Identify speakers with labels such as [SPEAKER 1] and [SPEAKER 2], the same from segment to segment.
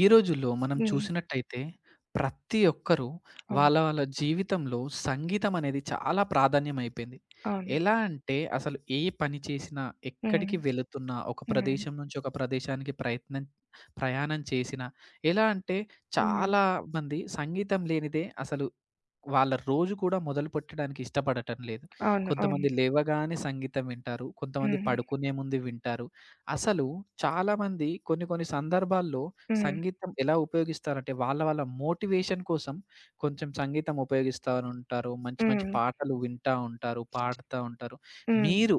[SPEAKER 1] ఈ రోజుల్లో మనం
[SPEAKER 2] హ్మ్.
[SPEAKER 1] చూసినట్టయితే ప్రతి ఒక్కరూ
[SPEAKER 2] అవును.
[SPEAKER 1] వాళ్ళ వాళ్ళ జీవితంలో సంగీతం అనేది చాలా ప్రాధాన్యం అయిపోయింది.
[SPEAKER 2] అవును.
[SPEAKER 1] ఎలా అంటే అసలు ఏ పని చేసినా,
[SPEAKER 2] హ్మ్.
[SPEAKER 1] ఎక్కడికి వెళుతున్నా, ఒక
[SPEAKER 2] హ్మ్.
[SPEAKER 1] ప్రదేశం నుంచి ఒక ప్రదేశానికి ప్రయాణం చేసినా ఎలా అంటే
[SPEAKER 2] హ్మ్.
[SPEAKER 1] చాలా మంది సంగీతం లేనిదే అసలు వాళ్ళ రోజు కూడా మొదలుపెట్టడానికి ఇష్టపడటం లేదు.
[SPEAKER 2] అవును. అవును.
[SPEAKER 1] కొంతమంది లేవగానే సంగీతం వింటారు. కొంతమంది
[SPEAKER 2] హ్మ్.
[SPEAKER 1] పడుకునే ముందు వింటారు. అసలు చాలామంది కొన్ని కొన్ని సందర్భాల్లో
[SPEAKER 2] హ్మ్.
[SPEAKER 1] సంగీతం ఎలా ఉపయోగిస్తారంటే వాళ్ళ వాళ్ళ మోటివేషన్ కోసం కొంచెం సంగీతం ఉపయోగిస్తా ఉంటారు. మంచి మంచి
[SPEAKER 2] హ్మ్.
[SPEAKER 1] పాటలు వింటా ఉంటారు. పాడుతా ఉంటారు.
[SPEAKER 2] హ్మ్.
[SPEAKER 1] మీరు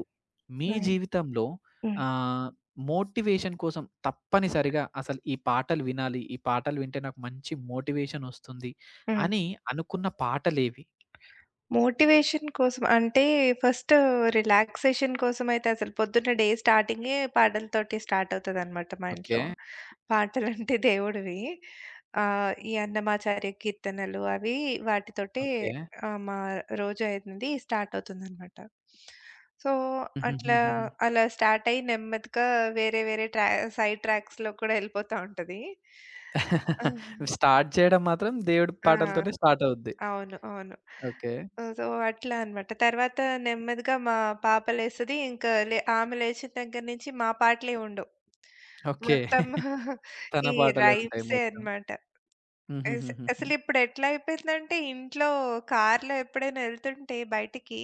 [SPEAKER 1] మీ
[SPEAKER 2] హ్మ్.
[SPEAKER 1] జీవితంలో
[SPEAKER 2] హ్మ్.
[SPEAKER 1] ఆహ్, మోటివేషన్ కోసం తప్పనిసరిగా అసలు ఈ పాటలు వినాలి. ఈ పాటలు వింటే నాకు మంచి మోటివేషన్ ఒస్తుంది
[SPEAKER 2] హ్మ్.
[SPEAKER 1] అని అనుకున్న పాటలేవి?
[SPEAKER 2] మోటివేషన్ కోసం అంటే ఫస్ట్ రిలాక్సేషన్ కోసమయితే అసలు పొద్దున్న డే స్టార్టింగే పాటలతోటి స్టార్ట్ అవుతదనమాట మా
[SPEAKER 1] ఓకే.
[SPEAKER 2] ఇంట్లో. పాటలంటే దేవుడివి. ఈ అన్నమాచార్య కీర్తనలు అవి వాటితోటే
[SPEAKER 1] ఓకే.
[SPEAKER 2] మా రోజు అనేది స్టార్ట్ అవుతుందనమాట. సో, అట్లా
[SPEAKER 1] హుహుహుహుహు.
[SPEAKER 2] అలా స్టార్ట్ అయ్యి నెమ్మదిగా వేరే వేరే సైడ్ ట్రాక్స్‌లో కూడా యెళ్ళిపోతా ఉంటది. ఆ!
[SPEAKER 1] స్టార్ట్ చేయడం మాత్రం దేవుడి
[SPEAKER 2] ఆ!
[SPEAKER 1] పాటలతోనే స్టార్ట్ అవుద్ది.
[SPEAKER 2] అవును. అవును.
[SPEAKER 1] ఓకే.
[SPEAKER 2] సో, అట్లా అన్నమాట. తర్వాత నెమ్మదిగా మా పాప లేస్తది. ఇంకా ఆమె లేచిన దగ్గర నుంచి మా పాటలే ఉండవు.
[SPEAKER 1] ఓకే.
[SPEAKER 2] మొత్తం
[SPEAKER 1] తన
[SPEAKER 2] ఈ
[SPEAKER 1] పాటలే ఉంటాయి
[SPEAKER 2] రైమ్సే
[SPEAKER 1] మొత్తం.
[SPEAKER 2] అన్నమాట. అస
[SPEAKER 1] హుహుహుహుహు.
[SPEAKER 2] అసలిప్పుడు ఎట్లా అయిపోయిందంటే ఇంట్లో కార్‌లో ఎప్పుడైనా ఎళ్తుంటే బయటికి,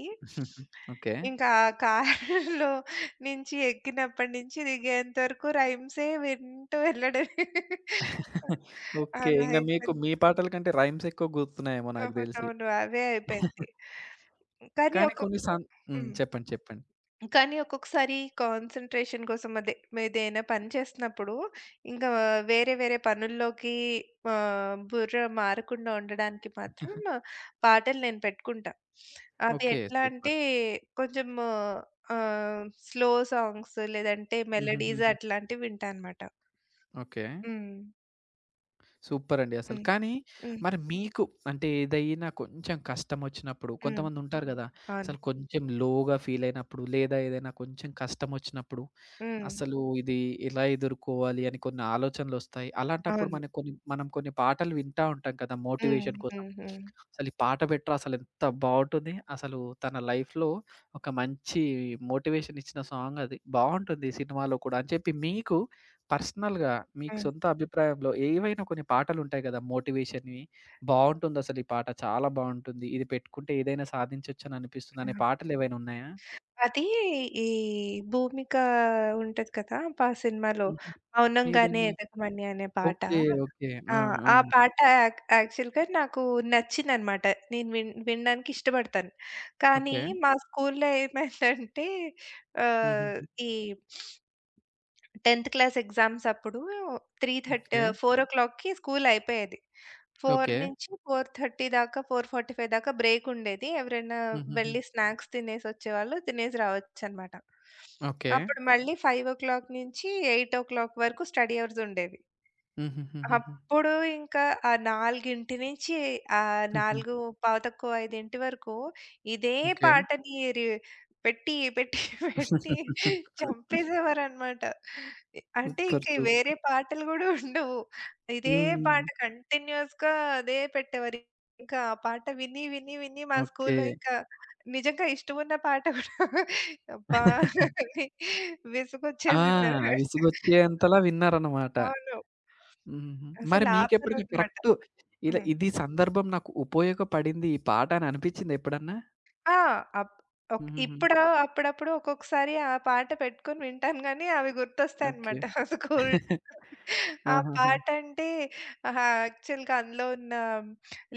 [SPEAKER 1] ఓకే.
[SPEAKER 2] ఇంకా ఆ కార్‌లో నుంచి ఎక్కినప్పటి నుంచి దిగేంత వరకు రైమ్సే వింటూ వెళ్ళడమే.
[SPEAKER 1] ఓకే.
[SPEAKER 2] అలా
[SPEAKER 1] ఇంగ మీకు
[SPEAKER 2] అయిపోయింది.
[SPEAKER 1] మీ పాటల కంటే రైమ్స్ ఎక్కువ గుర్తున్నాయేమో నాకు తెలిసి.
[SPEAKER 2] అవునవును. అవే అయిపోయింది. కానీ
[SPEAKER 1] కానీ కొన్ని సం హ్మ్.
[SPEAKER 2] హ్మ్.
[SPEAKER 1] చెప్పండి. చెప్పండి.
[SPEAKER 2] కానీ ఒక్కొక్కసారి కాన్సంట్రేషన్ కోసం అదే ఏదైనా పని చేస్తున్నప్పుడు ఇంకా వేరే వేరే పనుల్లోకి బుర్ర మారకుండా ఉండడానికి మాత్రం పాటలు నేను పెట్టుకుంటా. అవి
[SPEAKER 1] ఓకే.
[SPEAKER 2] ఎట్లా అంటే
[SPEAKER 1] సూపర్.
[SPEAKER 2] కొంచెం ఆహ్, స్లో సాంగ్స్ లేదంటే మెలోడీస్
[SPEAKER 1] హుహుహుహు.
[SPEAKER 2] అట్లాంటివి వింటా అనమాట.
[SPEAKER 1] ఓకే.
[SPEAKER 2] హ్మ్.
[SPEAKER 1] సూపరండి అసలు.
[SPEAKER 2] హ్మ్.
[SPEAKER 1] కానీ
[SPEAKER 2] హ్మ్.
[SPEAKER 1] మరి మీకు అంటే ఏదైనా కొంచెం కష్టమొచ్చినప్పుడు
[SPEAKER 2] హ్మ్.
[SPEAKER 1] కొంతమందుంటారు గదా!
[SPEAKER 2] అవును.
[SPEAKER 1] అసలు కొంచెం లోగా ఫీలయినప్పుడు లేదా ఏదైనా కొంచెం కష్టమొచ్చినప్పుడు
[SPEAKER 2] హ్మ్.
[SPEAKER 1] అసలు ఇది ఎలా ఎదుర్కోవాలి అని కొన్ని ఆలోచనలొస్తాయి. అలాంటప్పుడు
[SPEAKER 2] అవును.
[SPEAKER 1] మనకు కొన్ని పాటలు వింటా ఉంటాం కదా!
[SPEAKER 2] హ్మ్.
[SPEAKER 1] మోటివేషన్ కోసం.
[SPEAKER 2] హ్మ్. హ్మ్.
[SPEAKER 1] అసలు ఈ పాట బెట్రా అసలెంత బావుంటుంది. అసలు తన లైఫ్‌లో ఒక మంచి మోటివేషన్ ఇచ్చిన సాంగ్ అది. బావుంటుంది సినిమాలో కూడా అని చెప్పి మీకు పర్సనల్‌గా మీకు సొంత అభిప్రాయంలో ఏవైనా కొన్ని పాటలుంటాయి గదా! మోటివేషన్‌వి. బావుంటుందసలు ఈ పాట చాలా బావుంటుంది. ఇది పెట్టుకుంటే ఏదైనా సాధించొచ్చని అనిపిస్తుంది అనే
[SPEAKER 2] హ్మ్.
[SPEAKER 1] పాటలేవైనా ఉన్నాయా?
[SPEAKER 2] అది ఈ 'భూమిక' ఉంటది కదా! సినిమాలో
[SPEAKER 1] హుహు.
[SPEAKER 2] మౌనంగానే
[SPEAKER 1] ఏదండి?
[SPEAKER 2] ఎదగమని అనే పాట.
[SPEAKER 1] ఓకే. ఓకే.
[SPEAKER 2] ఆ!
[SPEAKER 1] ఆ! ఆ!
[SPEAKER 2] ఆ పాట యాక్చువల్‌గా నాకు నచ్చిందనమాట. నేను వినడానికి ఇష్టపడతాను. కానీ
[SPEAKER 1] ఓకే.
[SPEAKER 2] మా స్కూల్‌లో ఏమైందంటే ఆహ్,
[SPEAKER 1] హుహుహు.
[SPEAKER 2] ఈ 10థ్ క్లాస్ ఎగ్జామ్స్ అప్పుడు 3:30
[SPEAKER 1] ఓకే.
[SPEAKER 2] 4:00కి స్కూల్ అయిపోయేది.
[SPEAKER 1] ఓకే.
[SPEAKER 2] 4 నుంచి 4:30 దాకా, 4:45 దాకా బ్రేక్ ఉండేది. ఎవరైనా
[SPEAKER 1] హుహుహు.
[SPEAKER 2] వెళ్లి స్నాక్స్ తినేసొచ్చేవాళ్ళు, తినేసి రావచ్చనమాట.
[SPEAKER 1] ఓకే.
[SPEAKER 2] అప్పుడు మళ్ళీ 5:00 నుంచి 8:00 వరకు స్టడీ అవర్స్ ఉండేవి.
[SPEAKER 1] హుహుహుహుహు.
[SPEAKER 2] అప్పుడు ఇంకా ఆ 4:00 నుంచి
[SPEAKER 1] హుహు.
[SPEAKER 2] 4:05 వరకు ఇదే
[SPEAKER 1] ఓకే.
[SPEAKER 2] పాటని పెట్టి, పెట్టి, పెట్టి చంపేసేవారనమాట. అంటే
[SPEAKER 1] సూపర్.
[SPEAKER 2] ఇంక వేరే పాటలు గూడా ఉండవు. ఇదే
[SPEAKER 1] హ్మ్.
[SPEAKER 2] పాట కంటిన్యూయస్‌గా అదే పెట్టేవారు. ఇంకా ఆ పాట విని, విని, విని మా
[SPEAKER 1] ఓకే.
[SPEAKER 2] స్కూల్‌లో ఇంకా నిజంగా ఇష్టమున్న పాట గూడా అబ్బా! అని
[SPEAKER 1] ఆ!
[SPEAKER 2] విసుగొచ్చేసిందనమాట.
[SPEAKER 1] విసుగొచ్చేంతలా విన్నారన్నమాట.
[SPEAKER 2] అవును.
[SPEAKER 1] హుహుహు. మరి
[SPEAKER 2] అసలు
[SPEAKER 1] మీకెప్పుడైనా
[SPEAKER 2] ఆపరనమాట.
[SPEAKER 1] కరెక్ట్ ఇలా
[SPEAKER 2] హ్మ్.
[SPEAKER 1] ఇది సందర్భం నాకు ఉపయోగపడింది ఈ పాట అని అనిపిచ్చిందా ఎప్పుడన్నా?
[SPEAKER 2] ఆ! అప్
[SPEAKER 1] హుహుహు.
[SPEAKER 2] ఇప్పుడు అప్పుడప్పుడు ఒక్కొక్కసారి ఆ పాట పెట్టుకొని వింటాను గానీ, అవి
[SPEAKER 1] ఓకే.
[SPEAKER 2] గుర్తొస్తాయన్నమాట. స్కూల్ ఆ
[SPEAKER 1] ఆహాహా!
[SPEAKER 2] పాటంటే ఆహా! యాక్చువల్‌గా అందులో ఉన్న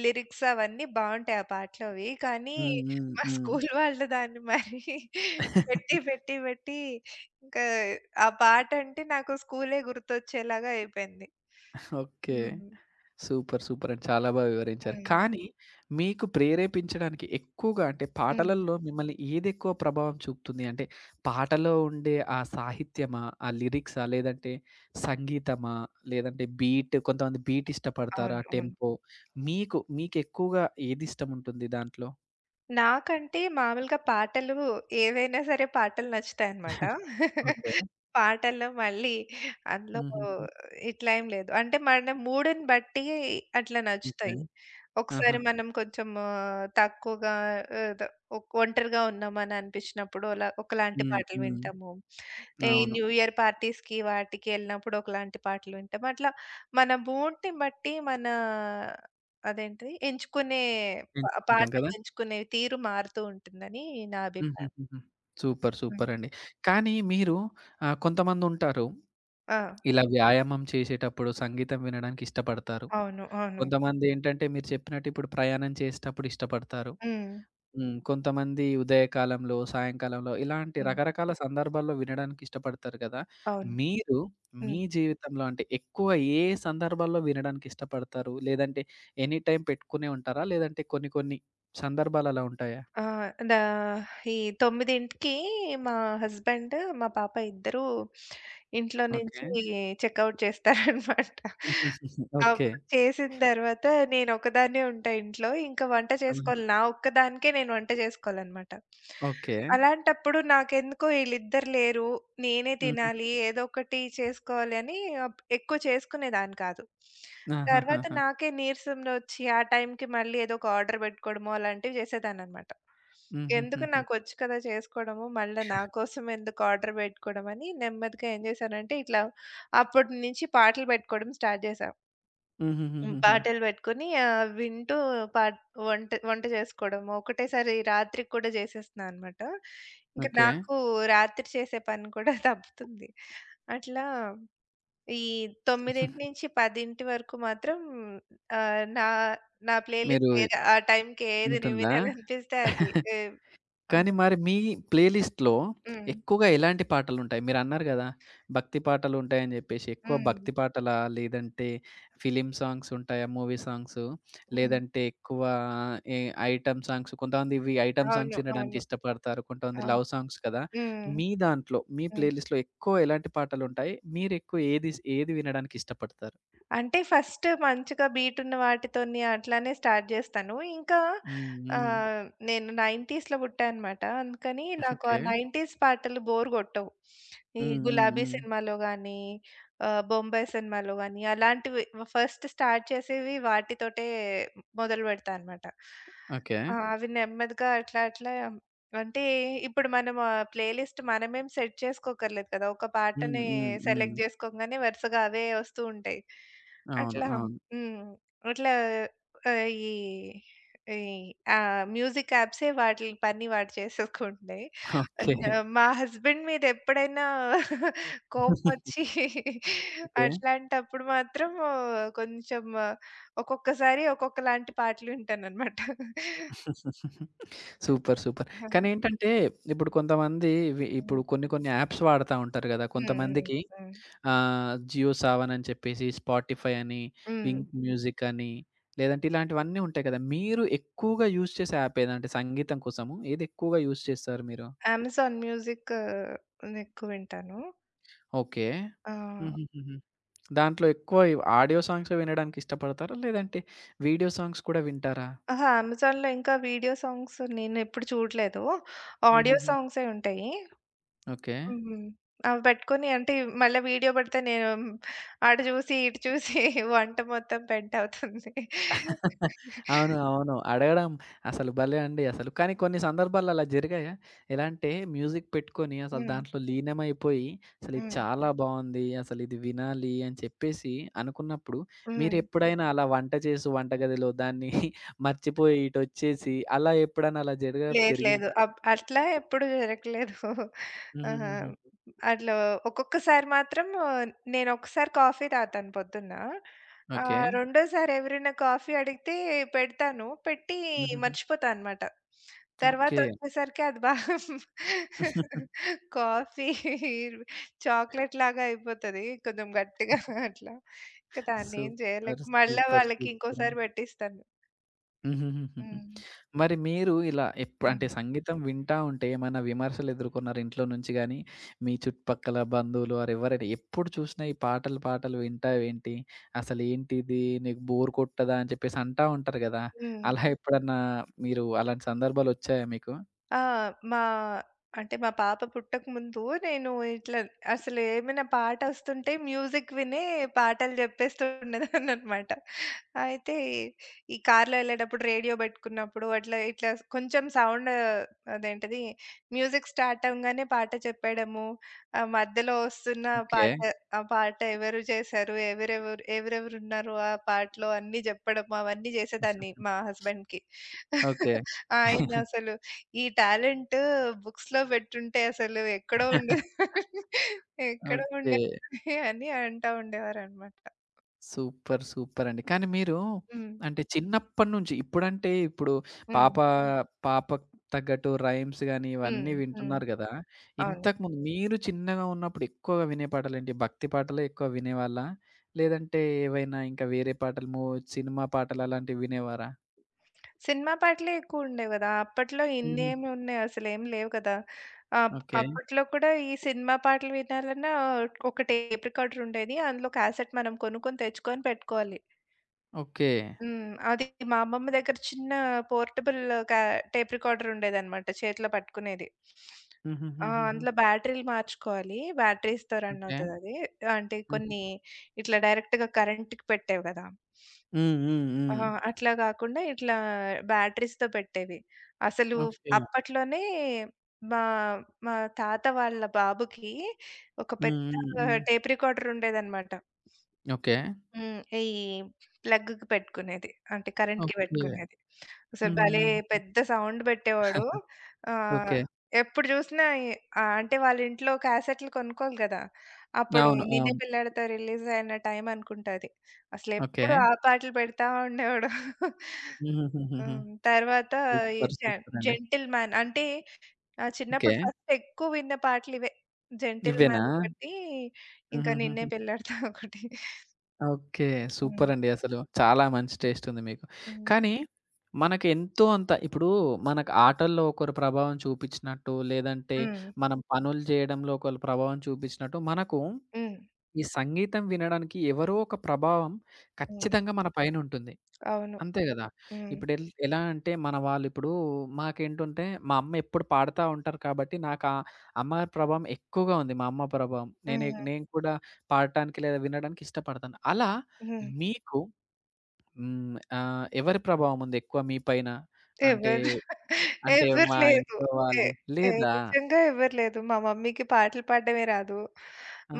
[SPEAKER 2] లిరిక్స్ అవన్నీ బావుంటాయి ఆ పాటలోవి. కానీ
[SPEAKER 1] హ్మ్. హ్మ్.
[SPEAKER 2] మా
[SPEAKER 1] హ్మ్.
[SPEAKER 2] స్కూల్ వాళ్ళు దాన్ని మరి పెట్టి, పెట్టి, పెట్టి ఇంకా ఆ పాటంటే నాకు స్కూలే గుర్తొచ్చేలాగా అయిపోయింది.
[SPEAKER 1] ఓకే.
[SPEAKER 2] హ్మ్.
[SPEAKER 1] సూపర్. సూపర్ అండి. చాలా బాగా వివరించారు.
[SPEAKER 2] హ్మ్.
[SPEAKER 1] కానీ మీకు ప్రేరేపించడానికి ఎక్కువగా అంటే
[SPEAKER 2] హ్మ్.
[SPEAKER 1] పాటలలో మిమ్మల్ని ఏదెక్కువ ప్రభావం చూపుతుంది? అంటే పాటలో ఉండే ఆ సాహిత్యమా? ఆ లిరిక్సా? లేదంటే సంగీతమా? లేదంటే బీట్ కొంతమంది బీట్ ఇష్టపడతారా?
[SPEAKER 2] అవును. అవును.
[SPEAKER 1] టెంపో మీకు మీకెక్కువగా ఏదిష్టం ఉంటుంది దాంట్లో?
[SPEAKER 2] నాకంటే మామూలుగా పాటలు ఏవైనా సరే పాటలు నచ్చుతాయన్నమాట.
[SPEAKER 1] ఓకే.
[SPEAKER 2] పాటల్లో మళ్ళీ అందులో
[SPEAKER 1] హుహుహు.
[SPEAKER 2] ఇట్లా ఏం లేదు. అంటే మన మూడ్‌ని బట్టి అట్లా
[SPEAKER 1] ఓకే.
[SPEAKER 2] నచ్చుతాయి.
[SPEAKER 1] ఆహా!
[SPEAKER 2] ఒకసారి మనం కొంచెం తక్కువగా ఏదో ఒంటరిగా ఉన్నామని అనిపించినప్పుడు అలా ఒకలాంటి
[SPEAKER 1] హ్మ్.
[SPEAKER 2] పాటలు
[SPEAKER 1] హ్మ్.
[SPEAKER 2] వింటాము. ఈ
[SPEAKER 1] అవును.
[SPEAKER 2] న్యూ ఇయర్ పార్టీస్‌కి వాటికి వెళ్ళినప్పుడు ఒకలాంటి పాటలు వింటాము. అట్లా మన మూడ్‌ని బట్టి మన అదేంటిది ఎంచుకునే
[SPEAKER 1] ఎంచుకుంటాం
[SPEAKER 2] పాటలు
[SPEAKER 1] కదా!
[SPEAKER 2] ఎంచుకునే తీరు మారుతూ ఉంటుందని నా అభిప్రాయం.
[SPEAKER 1] హుహుహుహు. సూపర్.
[SPEAKER 2] హ్మ్.
[SPEAKER 1] సూపర్ అండి. కానీ మీరు కొంతమందుంటారు
[SPEAKER 2] ఆ!
[SPEAKER 1] ఇలా వ్యాయామం చేసేటప్పుడు సంగీతం వినడానికి ఇష్టపడతారు.
[SPEAKER 2] అవును. అవును.
[SPEAKER 1] కొంతమందేంటంటే మీరు చెప్పినట్టు ఇప్పుడు ప్రయాణం చేసేటప్పుడు ఇష్టపడతారు.
[SPEAKER 2] హ్మ్.
[SPEAKER 1] హ్మ్. కొంతమంది ఉదయకాలంలో, సాయంకాలంలో ఇలాంటి
[SPEAKER 2] హ్మ్.
[SPEAKER 1] రకరకాల సందర్భాల్లో వినడానికి ఇష్టపడతారు కదా!
[SPEAKER 2] అవును.
[SPEAKER 1] మీరు
[SPEAKER 2] హ్మ్.
[SPEAKER 1] మీ జీవితంలో అంటే ఎక్కువ ఏ సందర్భాల్లో వినడానికి ఇష్టపడతారు? లేదంటే ఎనీ టైమ్ పెట్టుకునే ఉంటారా? లేదంటే కొన్ని కొన్ని సందర్భాలు అలా ఉంటాయా?
[SPEAKER 2] ఆహ్, దా ఈ 9కి మా హస్బెండ్, మా పాప ఇద్దరూ ఇంట్లో
[SPEAKER 1] ఓకే.
[SPEAKER 2] నుంచి చెకౌట్ చేస్తారనమాట.
[SPEAKER 1] ఓకే.
[SPEAKER 2] అప్పుడు చేసిన తర్వాత నేనొక్కదాన్నే ఉంటా ఇంట్లో. ఇంకా వంట
[SPEAKER 1] ఆ!
[SPEAKER 2] చేసుకోవాలి. నా ఒక్కదానికే నేను వంట చేసుకోవాలనమాట.
[SPEAKER 1] ఓకే.
[SPEAKER 2] అలాంటప్పుడు నాకెందుకో ఈళ్ళిద్దరు లేరు. నేనే
[SPEAKER 1] హుహు.
[SPEAKER 2] తినాలి. ఏదో ఒకటి చేసుకోవాలి అని ఎక్కువ చేసుకునేదాన్ని కాదు. తర్వాత
[SPEAKER 1] ఆహాహాహా!
[SPEAKER 2] నాకే నీరసంలో వచ్చి ఆ టైంకి మళ్ళీ ఏదో ఒక ఆర్డర్ పెట్టుకోవడమో అలాంటివి చేసేదాన్ననమాట. ఎందుకు
[SPEAKER 1] హుహుహుహు.
[SPEAKER 2] నాకొచ్చు కదా చేసుకోవడము, మళ్ళా నా కోసం ఎందుకు ఆర్డర్ పెట్టుకోవడం అని నెమ్మదిగా ఏం చేశానంటే ఇట్లా అప్పటి నుంచి పాటలు పెట్టుకోవడం స్టార్ట్ చేశా. హ్మ్.
[SPEAKER 1] హుహుహుహు.
[SPEAKER 2] పాటలు పెట్టుకొని వింటూ పాట్ వంట వంట చేసుకోవడము. ఒకటేసారి రాత్రికి కూడా చేసేస్తున్నా అనమాట. ఇంక
[SPEAKER 1] ఓకే.
[SPEAKER 2] నాకు రాత్రి చేసే పని కూడా తప్పుతుంది. అట్లా ఈ 9:00-10:00 వరకు మాత్రం నా నా
[SPEAKER 1] మీరు
[SPEAKER 2] ప్లేలిస్ట్ ఏది ఆ టైంకి ఏది నేను
[SPEAKER 1] ఉంటుందా?
[SPEAKER 2] వినాలనిపిస్తే అది. ఏ
[SPEAKER 1] కానీ
[SPEAKER 2] హ్మ్.
[SPEAKER 1] మరి మీ ప్లేలిస్ట్‌లో
[SPEAKER 2] హ్మ్.
[SPEAKER 1] ఎక్కువగా ఎలాంటి పాటలుంటాయి? మీరన్నారు గదా! భక్తి పాటలుంటాయని జెప్పేసి. ఎక్కువ
[SPEAKER 2] హ్మ్.
[SPEAKER 1] భక్తి పాటలా? లేదంటే ఫిల్మ్ సాంగ్స్ ఉంటాయా? Movie songs?
[SPEAKER 2] హ్మ్.
[SPEAKER 1] లేదంటే ఎక్కువ ఏ ఐటెమ్ సాంగ్స్ కొంతమంది ఇవి ఐటెమ్
[SPEAKER 2] అవును.
[SPEAKER 1] సాంగ్స్ వినడానికి
[SPEAKER 2] అవును.
[SPEAKER 1] ఇష్టపడతారు. కొంతమంది
[SPEAKER 2] అవును.
[SPEAKER 1] లవ్ సాంగ్స్ కదా!
[SPEAKER 2] హ్మ్.
[SPEAKER 1] మీ దాంట్లో మీ
[SPEAKER 2] హ్మ్.
[SPEAKER 1] ప్లేలిస్ట్‌లో ఎక్కువ ఎలాంటి పాటలుంటాయి? మీరెక్కువ ఏది వినడానికి ఇష్టపడతారు?
[SPEAKER 2] అంటే ఫస్ట్ మంచిగా బీట్ ఉన్న వాటితోని అట్లానే స్టార్ట్ చేస్తాను. ఇంకా
[SPEAKER 1] హ్మ్. హ్మ్.
[SPEAKER 2] ఆహ్, నేను 90స్‌లో పుట్టా అనమాట. అందుకని నాకు ఆ
[SPEAKER 1] ఓకే.
[SPEAKER 2] 90స్ పాటలు బోర్ కొట్టవు. ఈ
[SPEAKER 1] హ్మ్. హ్మ్.
[SPEAKER 2] 'గులాబీ'
[SPEAKER 1] హ్మ్.
[SPEAKER 2] సినిమాలో గాని, 'బొంబాయి' సినిమాలో గాని అలాంటివి ఫస్ట్ స్టార్ట్ చేసేవి వాటితోటే మొదలుపెడతా అనమాట.
[SPEAKER 1] ఓకే.
[SPEAKER 2] ఆ! అవి నెమ్మదిగా అట్లా అట్లా అంటే ఇప్పుడు మనం ఆ ప్లేలిస్ట్ మనమేం సెట్ చేసుకోక్కర్లేదు కదా! ఒక
[SPEAKER 1] హ్మ్.
[SPEAKER 2] పాటని
[SPEAKER 1] హ్మ్. హ్మ్.
[SPEAKER 2] సెలెక్ట్ చేసుకోంగానే వరుసగా అవే వస్తూ ఉంటాయి.
[SPEAKER 1] అవును.
[SPEAKER 2] అట్లా
[SPEAKER 1] అవును.
[SPEAKER 2] హ్మ్. అట్లా ఆహ్, ఈ ఈ ఆహ్, మ్యూజిక్ యాప్సే వాటి పని వాడు చేసేసుకుంటున్నాయి.
[SPEAKER 1] ఓకే.
[SPEAKER 2] అండ్ మా హస్బెండ్ మీద ఎప్పుడైనా కోపమొచ్చి
[SPEAKER 1] ఓకే.
[SPEAKER 2] అట్లాంటప్పుడు మాత్రం కొంచెం ఒక్కొక్కసారి ఒక్కొక్కలాంటి పాటలు వింటాననమాట.
[SPEAKER 1] సూపర్. సూపర్.
[SPEAKER 2] హ్మ్.
[SPEAKER 1] కానీ ఏంటంటే ఇప్పుడు కొంతమంది ఇవి ఇప్పుడు కొన్ని కొన్ని యాప్స్ వాడతా ఉంటారు గదా!
[SPEAKER 2] హ్మ్.
[SPEAKER 1] కొంతమందికి
[SPEAKER 2] హ్మ్.
[SPEAKER 1] జియో సావన్ అని చెప్పేసి, స్పాటిఫై అని,
[SPEAKER 2] హ్మ్.
[SPEAKER 1] వింక్ మ్యూజిక్ అని లేదంటే ఇలాంటివన్నీ ఉంటాయి కదా! మీరు ఎక్కువగా యూజ్ చేసే యాప్ ఏదంటే సంగీతం కోసము ఏది ఎక్కువగా యూజ్ చేస్తారు మీరు?
[SPEAKER 2] అమెజాన్ మ్యూజిక్ నేనెక్కువ వింటాను.
[SPEAKER 1] ఓకే.
[SPEAKER 2] ఆ!
[SPEAKER 1] హుహుహుహు. దాంట్లో ఎక్కువ ఆడియో సాంగ్స్ వినడానికి ఇష్టపడతారా? లేదంటే వీడియో సాంగ్స్ కూడా వింటారా?
[SPEAKER 2] అహా! అమెజాన్‌లో ఇంకా వీడియో సాంగ్స్ నేనెప్పుడు చూడలేదు. ఆడియో
[SPEAKER 1] హుహుహు.
[SPEAKER 2] సాంగ్సే ఉంటాయి.
[SPEAKER 1] ఓకే.
[SPEAKER 2] హ్మ్. అవి పెట్టుకొని అంటే మళ్ళా వీడియో పెడితే నేను అటు చూసి, ఇటు చూసి వంట మొత్తం పెంట్ అవుతుంది.
[SPEAKER 1] అవును. అవును. అడగడం అసలు భలే అండి అసలు. కానీ కొన్ని సందర్భాల్లో అలా జరిగాయా? ఎలా అంటే మ్యూజిక్ పెట్టుకొని అసలు
[SPEAKER 2] హ్మ్.
[SPEAKER 1] దాంట్లో లీనమైపోయి అసలు ఇది
[SPEAKER 2] హ్మ్.
[SPEAKER 1] చాలా బావుంది. అసలు ఇది వినాలి అని చెప్పేసి అనుకున్నప్పుడు
[SPEAKER 2] హ్మ్.
[SPEAKER 1] మీరెప్పుడైనా అలా వంట చేసి వంటగదిలో దాన్ని మర్చిపోయి ఇటొచ్చేసి అలా ఎప్పుడైనా అలా
[SPEAKER 2] లేదు. లేదు.
[SPEAKER 1] జరిగిందా?
[SPEAKER 2] అట్లా ఎప్పుడు జరగలేదు. ఆహా!
[SPEAKER 1] హుహుహుహు.
[SPEAKER 2] హ్మ్. అట్లా ఒక్కొక్కసారి మాత్రం నేను ఒకసారి కాఫీ తాగుతాను పొద్దున్న.
[SPEAKER 1] ఓకే.
[SPEAKER 2] ఓకే. రెండోసారి ఎవరైనా కాఫీ అడిగితే పెడతాను. పెట్టి
[SPEAKER 1] హుహుహు.
[SPEAKER 2] మర్చిపోతా అనమాట. తర్వాత
[SPEAKER 1] ఓకే.
[SPEAKER 2] ఓకే. వచ్చేసరికి అది బాగా కాఫీ చాక్లెట్ లాగా అయిపోతది. కొంచెం గట్టిగా అట్లా. ఇంక దాన్నేం చేయలేక
[SPEAKER 1] సూపర్.
[SPEAKER 2] మళ్ళా
[SPEAKER 1] సూపర్.
[SPEAKER 2] వాళ్ళకి
[SPEAKER 1] సూపర్.
[SPEAKER 2] ఇంకోసారి పెట్టిస్తాను.
[SPEAKER 1] హుహుహుహుహు.
[SPEAKER 2] హ్మ్.
[SPEAKER 1] మరి మీరు ఇలా అంటే
[SPEAKER 2] హ్మ్.
[SPEAKER 1] సంగీతం వింటా ఉంటే ఏమైనా విమర్శలు ఎదుర్కొన్నారా ఇంట్లో నుంచి గాని, మీ చుట్టుపక్కల బంధువులు ఎవరైనా ఎప్పుడు చూసినా ఈ పాటలు వింటావేంటి? అసలేంటిది నీకు బోర్ కొట్టదా? అని చెప్పేసి అంటా ఉంటారు గదా!
[SPEAKER 2] హ్మ్.
[SPEAKER 1] అలా ఎప్పుడన్నా మీరు అలాంటి సందర్భాలొచ్చాయా మీకు?
[SPEAKER 2] ఆ! మా అంటే మా పాప పుట్టకముందు నేను ఇట్లా అసలు ఏమైనా పాటొస్తుంటే మ్యూజిక్ వినే పాటలు జెప్పేస్తూ ఉండేదాన్ననమాట. అయితే ఈ కార్‌లో ఎళ్ళేటప్పుడు రేడియో బెట్టుకున్నప్పుడు అట్లా ఇట్లా కొంచెం సౌండ్ అదేంటిది మ్యూజిక్ స్టార్ట్ అవ్వంగానే పాట చెప్పేయడము. మధ్యలో ఒస్తున్న
[SPEAKER 1] ఓకే.
[SPEAKER 2] పాట ఆ పాట ఎవరు చేశారు? ఎవరెవరు ఎవరెవరున్నారు ఆ పాటలో అన్నీ జెప్పడం అవన్నీ జేసేదాన్ని మా హస్బెండ్‌కి.
[SPEAKER 1] ఓకే.
[SPEAKER 2] ఆయన అసలు ఈ టాలెంట్ బుక్స్‌లో పెట్టుంటే అసలు ఎక్కడో ఉండే ఎక్కడో
[SPEAKER 1] ఓకే.
[SPEAKER 2] ఉండేది అని అంటా ఉండేవారనమాట.
[SPEAKER 1] సూపర్. సూపర్ అండి. కానీ మీరు
[SPEAKER 2] హ్మ్.
[SPEAKER 1] అంటే చిన్నప్పటి నుంచి ఇప్పుడంటే ఇప్పుడు
[SPEAKER 2] హ్మ్.
[SPEAKER 1] పాప పాపకు తగ్గట్టు రైమ్స్ గాని
[SPEAKER 2] హ్మ్.
[SPEAKER 1] ఇవన్నీ
[SPEAKER 2] హ్మ్.
[SPEAKER 1] వింటున్నారు గదా!
[SPEAKER 2] అవును.
[SPEAKER 1] ఇంతకుముందు మీరు చిన్నగా ఉన్నప్పుడు ఎక్కువగా వినే పాటలేంటి? భక్తి పాటలే ఎక్కువ వినేవాళ్ళా? లేదంటే ఏవైనా ఇంకా వేరే పాటలు సినిమా పాటలు అలాంటివి వినేవారా?
[SPEAKER 2] సినిమా పాటలే ఎక్కువుండేవి గదా! అప్పట్లో
[SPEAKER 1] హుహు.
[SPEAKER 2] ఇన్నేమి ఉన్నాయి అసలేం లేవు కదా!
[SPEAKER 1] ఓకే.
[SPEAKER 2] అప్పట్లో కూడా ఈ సినిమా పాటలు వినాలన్నా ఒక టేప్ రికార్డర్ ఉండేది. అందులో క్యాసెట్ మనం కొనుక్కొని తెచ్చుకొని పెట్టుకోవాలి.
[SPEAKER 1] ఓకే.
[SPEAKER 2] హ్మ్. అది మా అమ్మమ్మ దగ్గర చిన్న పోర్టబుల్ క్యా టేప్ రికార్డర్ ఉండేదనమాట. చేతిలో పట్టుకునేది. ఆ!
[SPEAKER 1] హుహుహుహుహు.
[SPEAKER 2] అందులో బ్యాటరీలు మార్చుకోవాలి. బ్యాటరీస్‌తో రన్
[SPEAKER 1] ఓకే.
[SPEAKER 2] అవుతదది. అంటే
[SPEAKER 1] హుహు.
[SPEAKER 2] కొన్ని ఇట్లా డైరెక్ట్‌గా కరెంట్‌కి పెట్టేవి కదా!
[SPEAKER 1] హ్మ్. హ్మ్.
[SPEAKER 2] ఆ!
[SPEAKER 1] హ్మ్.
[SPEAKER 2] అట్లా కాకుండా ఇట్లా బ్యాటరీస్‌తో పెట్టేవి. అసలు
[SPEAKER 1] ఓకే.
[SPEAKER 2] అప్పట్లోనే మా మా తాత వాళ్ళ బాబుకి ఒక
[SPEAKER 1] హ్మ్. హ్మ్.
[SPEAKER 2] పెద్ద
[SPEAKER 1] హ్మ్.
[SPEAKER 2] టేప్ రికార్డర్ ఉండేదనమాట.
[SPEAKER 1] ఓకే.
[SPEAKER 2] హ్మ్. ఈ ప్లగ్‌కి పెట్టుకునేది. అంటే కరెంట్‌కి
[SPEAKER 1] ఓకే.
[SPEAKER 2] పెట్టుకునేది. అసలు భలే
[SPEAKER 1] హుహుహుహు.
[SPEAKER 2] పెద్ద సౌండ్ పెట్టేవాడు. ఆహ్,
[SPEAKER 1] ఓకే.
[SPEAKER 2] ఎప్పుడు చూసినా అంటే వాళ్ళ ఇంట్లో క్యాసెట్లు కొనుక్కోవాలి కదా! అప్పుడు
[SPEAKER 1] అవును.
[SPEAKER 2] 'నేనే
[SPEAKER 1] అవును.
[SPEAKER 2] పెళ్లాడతా' రిలీజ్ అయిన టైం అనుకుంటా అది.
[SPEAKER 1] ఓకే.
[SPEAKER 2] అసలెప్పుడు ఆ పాటలు పెడతా ఉండేవాడు.
[SPEAKER 1] హుహుహుహుహు.
[SPEAKER 2] హ్మ్. తర్వాత ఈ
[SPEAKER 1] సూపర్.
[SPEAKER 2] జెం
[SPEAKER 1] సూపర్ అండి.
[SPEAKER 2] 'జెంటిల్ మ్యాన్' అంటే
[SPEAKER 1] ఓకే.
[SPEAKER 2] చిన్నప్పుడు ఫస్ట్ ఎక్కువ విన్న పాటలు ఇవే. 'జెంటిల్
[SPEAKER 1] ఇవ్వేనా?
[SPEAKER 2] మ్యాన్' ఒకటి, ఇంకా 'నిన్నే
[SPEAKER 1] హుహుహుహు.
[SPEAKER 2] పెళ్లాడతా' ఒకటి.
[SPEAKER 1] ఓకే.
[SPEAKER 2] హ్మ్.
[SPEAKER 1] సూపర్ అండి అసలు. చాలా మంచి టేస్ట్ ఉంది మీకు.
[SPEAKER 2] హ్మ్.
[SPEAKER 1] కానీ మనకు ఎంతో అంత ఇప్పుడు మనకు ఆటల్లో ఒకరు ప్రభావం చూపించినట్టు, లేదంటే
[SPEAKER 2] హ్మ్.
[SPEAKER 1] మనం పనులు చేయడంలో ఒకళ్ళు ప్రభావం చూపించినట్టు, మనకు
[SPEAKER 2] హ్మ్.
[SPEAKER 1] ఈ సంగీతం వినడానికి ఎవరో ఒక ప్రభావం
[SPEAKER 2] హ్మ్.
[SPEAKER 1] ఖచ్చితంగా మన పైనుంటుంది.
[SPEAKER 2] అవును.
[SPEAKER 1] అంతే గదా!
[SPEAKER 2] హ్మ్.
[SPEAKER 1] ఎలా అంటే మన వాళ్ళిప్పుడు మాకేంటంటే, మా అమ్మ ఎప్పుడు పాడుతా ఉంటారు కాబట్టి, నాకా అమ్మ ప్రభావం ఎక్కువగా ఉంది. మా అమ్మ ప్రభావం.
[SPEAKER 2] హుహు.
[SPEAKER 1] నేను కూడా పాడటానికి లేదా వినడానికి ఇష్టపడతాను. అలా
[SPEAKER 2] హ్మ్.
[SPEAKER 1] మీకు హ్మ్. ఎవరి ప్రభావం ఉంది ఎక్కువ మీ పైన? అంటే,
[SPEAKER 2] ఎవరు
[SPEAKER 1] అంటే
[SPEAKER 2] ఎవరు
[SPEAKER 1] మా
[SPEAKER 2] లేదు.
[SPEAKER 1] ఇంట్లో
[SPEAKER 2] ఎ
[SPEAKER 1] వాళ్ళు
[SPEAKER 2] ఎ
[SPEAKER 1] లేదా?
[SPEAKER 2] నిజంగా ఎవరు లేదు. మా మమ్మీకి పాటలు పాడడమే రాదు.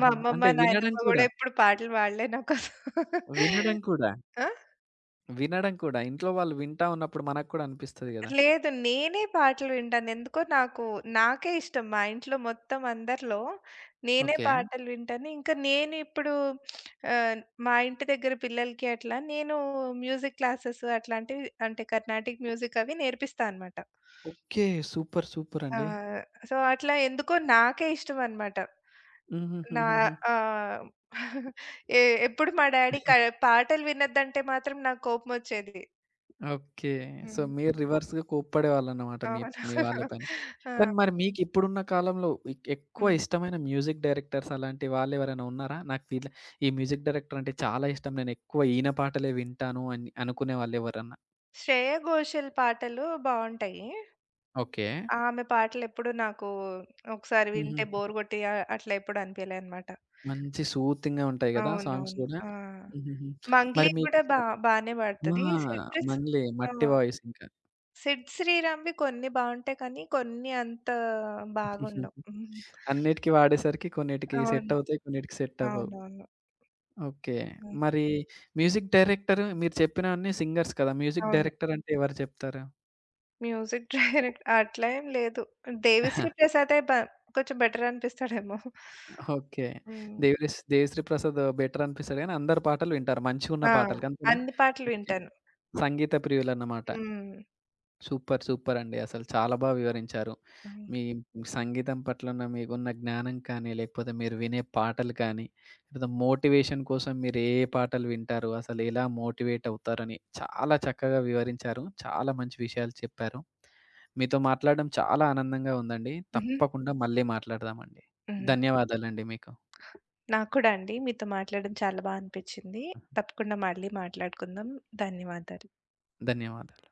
[SPEAKER 2] మా అమ్మమ్మ,
[SPEAKER 1] అంటే వినడం
[SPEAKER 2] నాయనమ్మ
[SPEAKER 1] కూడా,
[SPEAKER 2] గూడా ఎప్పుడు పాటలు పాడలే నాకోసం.
[SPEAKER 1] వినడం కూడా,
[SPEAKER 2] ఆ!
[SPEAKER 1] వినడం కూడా. ఇంట్లో వాళ్ళు వింటా ఉన్నప్పుడు మనకు కూడా అనిపిస్తది గదా!
[SPEAKER 2] లేదు. నేనే పాటలు వింటాను. ఎందుకో నాకే ఇష్టం. మా ఇంట్లో మొత్తం అందరిలో నేనే
[SPEAKER 1] ఓకే.
[SPEAKER 2] పాటలు వింటాను. ఇంకా నేను ఇప్పుడు ఆహ్, మా ఇంటి దగ్గర పిల్లలకి అట్లా నేను మ్యూజిక్ క్లాసెస్ అట్లాంటివి అంటే కర్ణాటిక్ మ్యూజిక్ అవి నేర్పిస్తా అనమాట.
[SPEAKER 1] ఓకే. సూపర్. సూపర్
[SPEAKER 2] ఆ!
[SPEAKER 1] అండి.
[SPEAKER 2] సో, అట్లా ఎందుకో నాకే ఇష్టం అనమాట. నా
[SPEAKER 1] హుహుహుహుహు.
[SPEAKER 2] ఆహ్, ఎ ఎప్పుడు మా డాడీ పాటలు వినొద్దంటే మాత్రం నాకు కోపమొచ్చేది.
[SPEAKER 1] ఓకే. సో,
[SPEAKER 2] హ్మ్.
[SPEAKER 1] మీరు రివర్స్‌గా కోప్పడేవాళ్ళన్నమాట మీ
[SPEAKER 2] అవును.
[SPEAKER 1] మీ వాళ్ళ పైన.
[SPEAKER 2] ఆ!
[SPEAKER 1] కానీ మరి మీకిప్పుడున్న కాలంలో ఎక్కువ
[SPEAKER 2] హ్మ్.
[SPEAKER 1] ఇష్టమైన మ్యూజిక్ డైరెక్టర్స్ అలాంటి వాళ్ళెవరైనా ఉన్నారా? నాకు వీళ్ళ ఈ మ్యూజిక్ డైరెక్టర్ అంటే చాలా ఇష్టం. నేనెక్కువ ఈయన పాటలే వింటాను అని అనుకునే వాళ్ళెవరన్నా?
[SPEAKER 2] శ్రేయ ఘోషల్ పాటలు బావుంటాయి.
[SPEAKER 1] ఓకే.
[SPEAKER 2] ఆమె పాటలెప్పుడు నాకు ఒకసారి
[SPEAKER 1] హుహు.
[SPEAKER 2] వింటే బోర్ గొట్టి అట్లా ఎప్పుడు అనిపియలేదనమాట.
[SPEAKER 1] మంచి సూతింగ్‌గా ఉంటాయి గదా! సాంగ్స్
[SPEAKER 2] అవునవును.
[SPEAKER 1] గూడా.
[SPEAKER 2] ఆ!
[SPEAKER 1] హుహుహు.
[SPEAKER 2] 'మంగ్లీ'
[SPEAKER 1] మరి
[SPEAKER 2] కూడా
[SPEAKER 1] మీకిష్టం
[SPEAKER 2] బానే
[SPEAKER 1] ఆ!
[SPEAKER 2] పాడుతది. 'సిట్రిస్'
[SPEAKER 1] మంగ్లీ
[SPEAKER 2] ఆ!
[SPEAKER 1] మట్టి వాయిస్ ఇంకా.
[SPEAKER 2] 'సిద్ శ్రీరామ్‌వి' కొన్ని బావుంటాయి కానీ, కొన్ని అంత బాగుండవు.
[SPEAKER 1] హుహుహు.
[SPEAKER 2] హ్మ్.
[SPEAKER 1] అన్నిటికి వాడేసరికి కొన్నిటికి సెట్
[SPEAKER 2] అవును.
[SPEAKER 1] అవుతాయి, కొన్నిటికి సెట్ అవ్వవు.
[SPEAKER 2] అవునవును.
[SPEAKER 1] ఓకే.
[SPEAKER 2] హ్మ్.
[SPEAKER 1] మరి మ్యూజిక్ డైరెక్టర్ మీరు చెప్పినవన్నీ సింగర్స్ కదా! మ్యూజిక్
[SPEAKER 2] అవును.
[SPEAKER 1] డైరెక్టర్ అంటే ఎవరు చెప్తారు?
[SPEAKER 2] మ్యూజిక్ డైరెక్ట్ అట్లా ఏం లేదు. 'దేవిశ్రీ ప్రసాదే' కొంచెం బెటర్ అనిపిస్తాడేమో.
[SPEAKER 1] ఓకే.
[SPEAKER 2] హ్మ్.
[SPEAKER 1] 'దేవిశ్రీ ప్రసాద్' బెటర్ అనిపిస్తాడు గానీ, అందరి పాటలు వింటారు మంచిగున్న
[SPEAKER 2] ఆ!
[SPEAKER 1] పాటలకి అంతేనా?
[SPEAKER 2] అన్ని పాటలు
[SPEAKER 1] ఓకే.
[SPEAKER 2] వింటాను.
[SPEAKER 1] సంగీత ప్రియులన్నమాట.
[SPEAKER 2] హ్మ్.
[SPEAKER 1] సూపర్. సూపర్ అండి. అసలు చాలా బా వివరించారు.
[SPEAKER 2] అవును.
[SPEAKER 1] మీ సంగీతం పట్లన మీకున్న జ్ఞానం కానీ, లేకపోతే మీరు వినే పాటలు కానీ, లేదా మోటివేషన్ కోసం మీరు ఏ పాటలు వింటారు? అసలు ఎలా మోటివేట్ అవుతారని చాలా చక్కగా వివరించారు. చాలా మంచి విషయాలు చెప్పారు. మీతో మాట్లాడడం చాలా ఆనందంగా ఉందండి.
[SPEAKER 2] హుహు.
[SPEAKER 1] తప్పకుండా మళ్ళీ మాట్లాడదామండి.
[SPEAKER 2] హ్మ్.
[SPEAKER 1] ధన్యవాదాలండి మీకు.
[SPEAKER 2] నాకు కూడా అండి. మీతో మాట్లాడడం చాలా బా అనిపిచ్చింది. తప్పకుండా మళ్ళీ మాట్లాడుకుందాం. ధన్యవాదాలు.
[SPEAKER 1] ధన్యవాదాలు.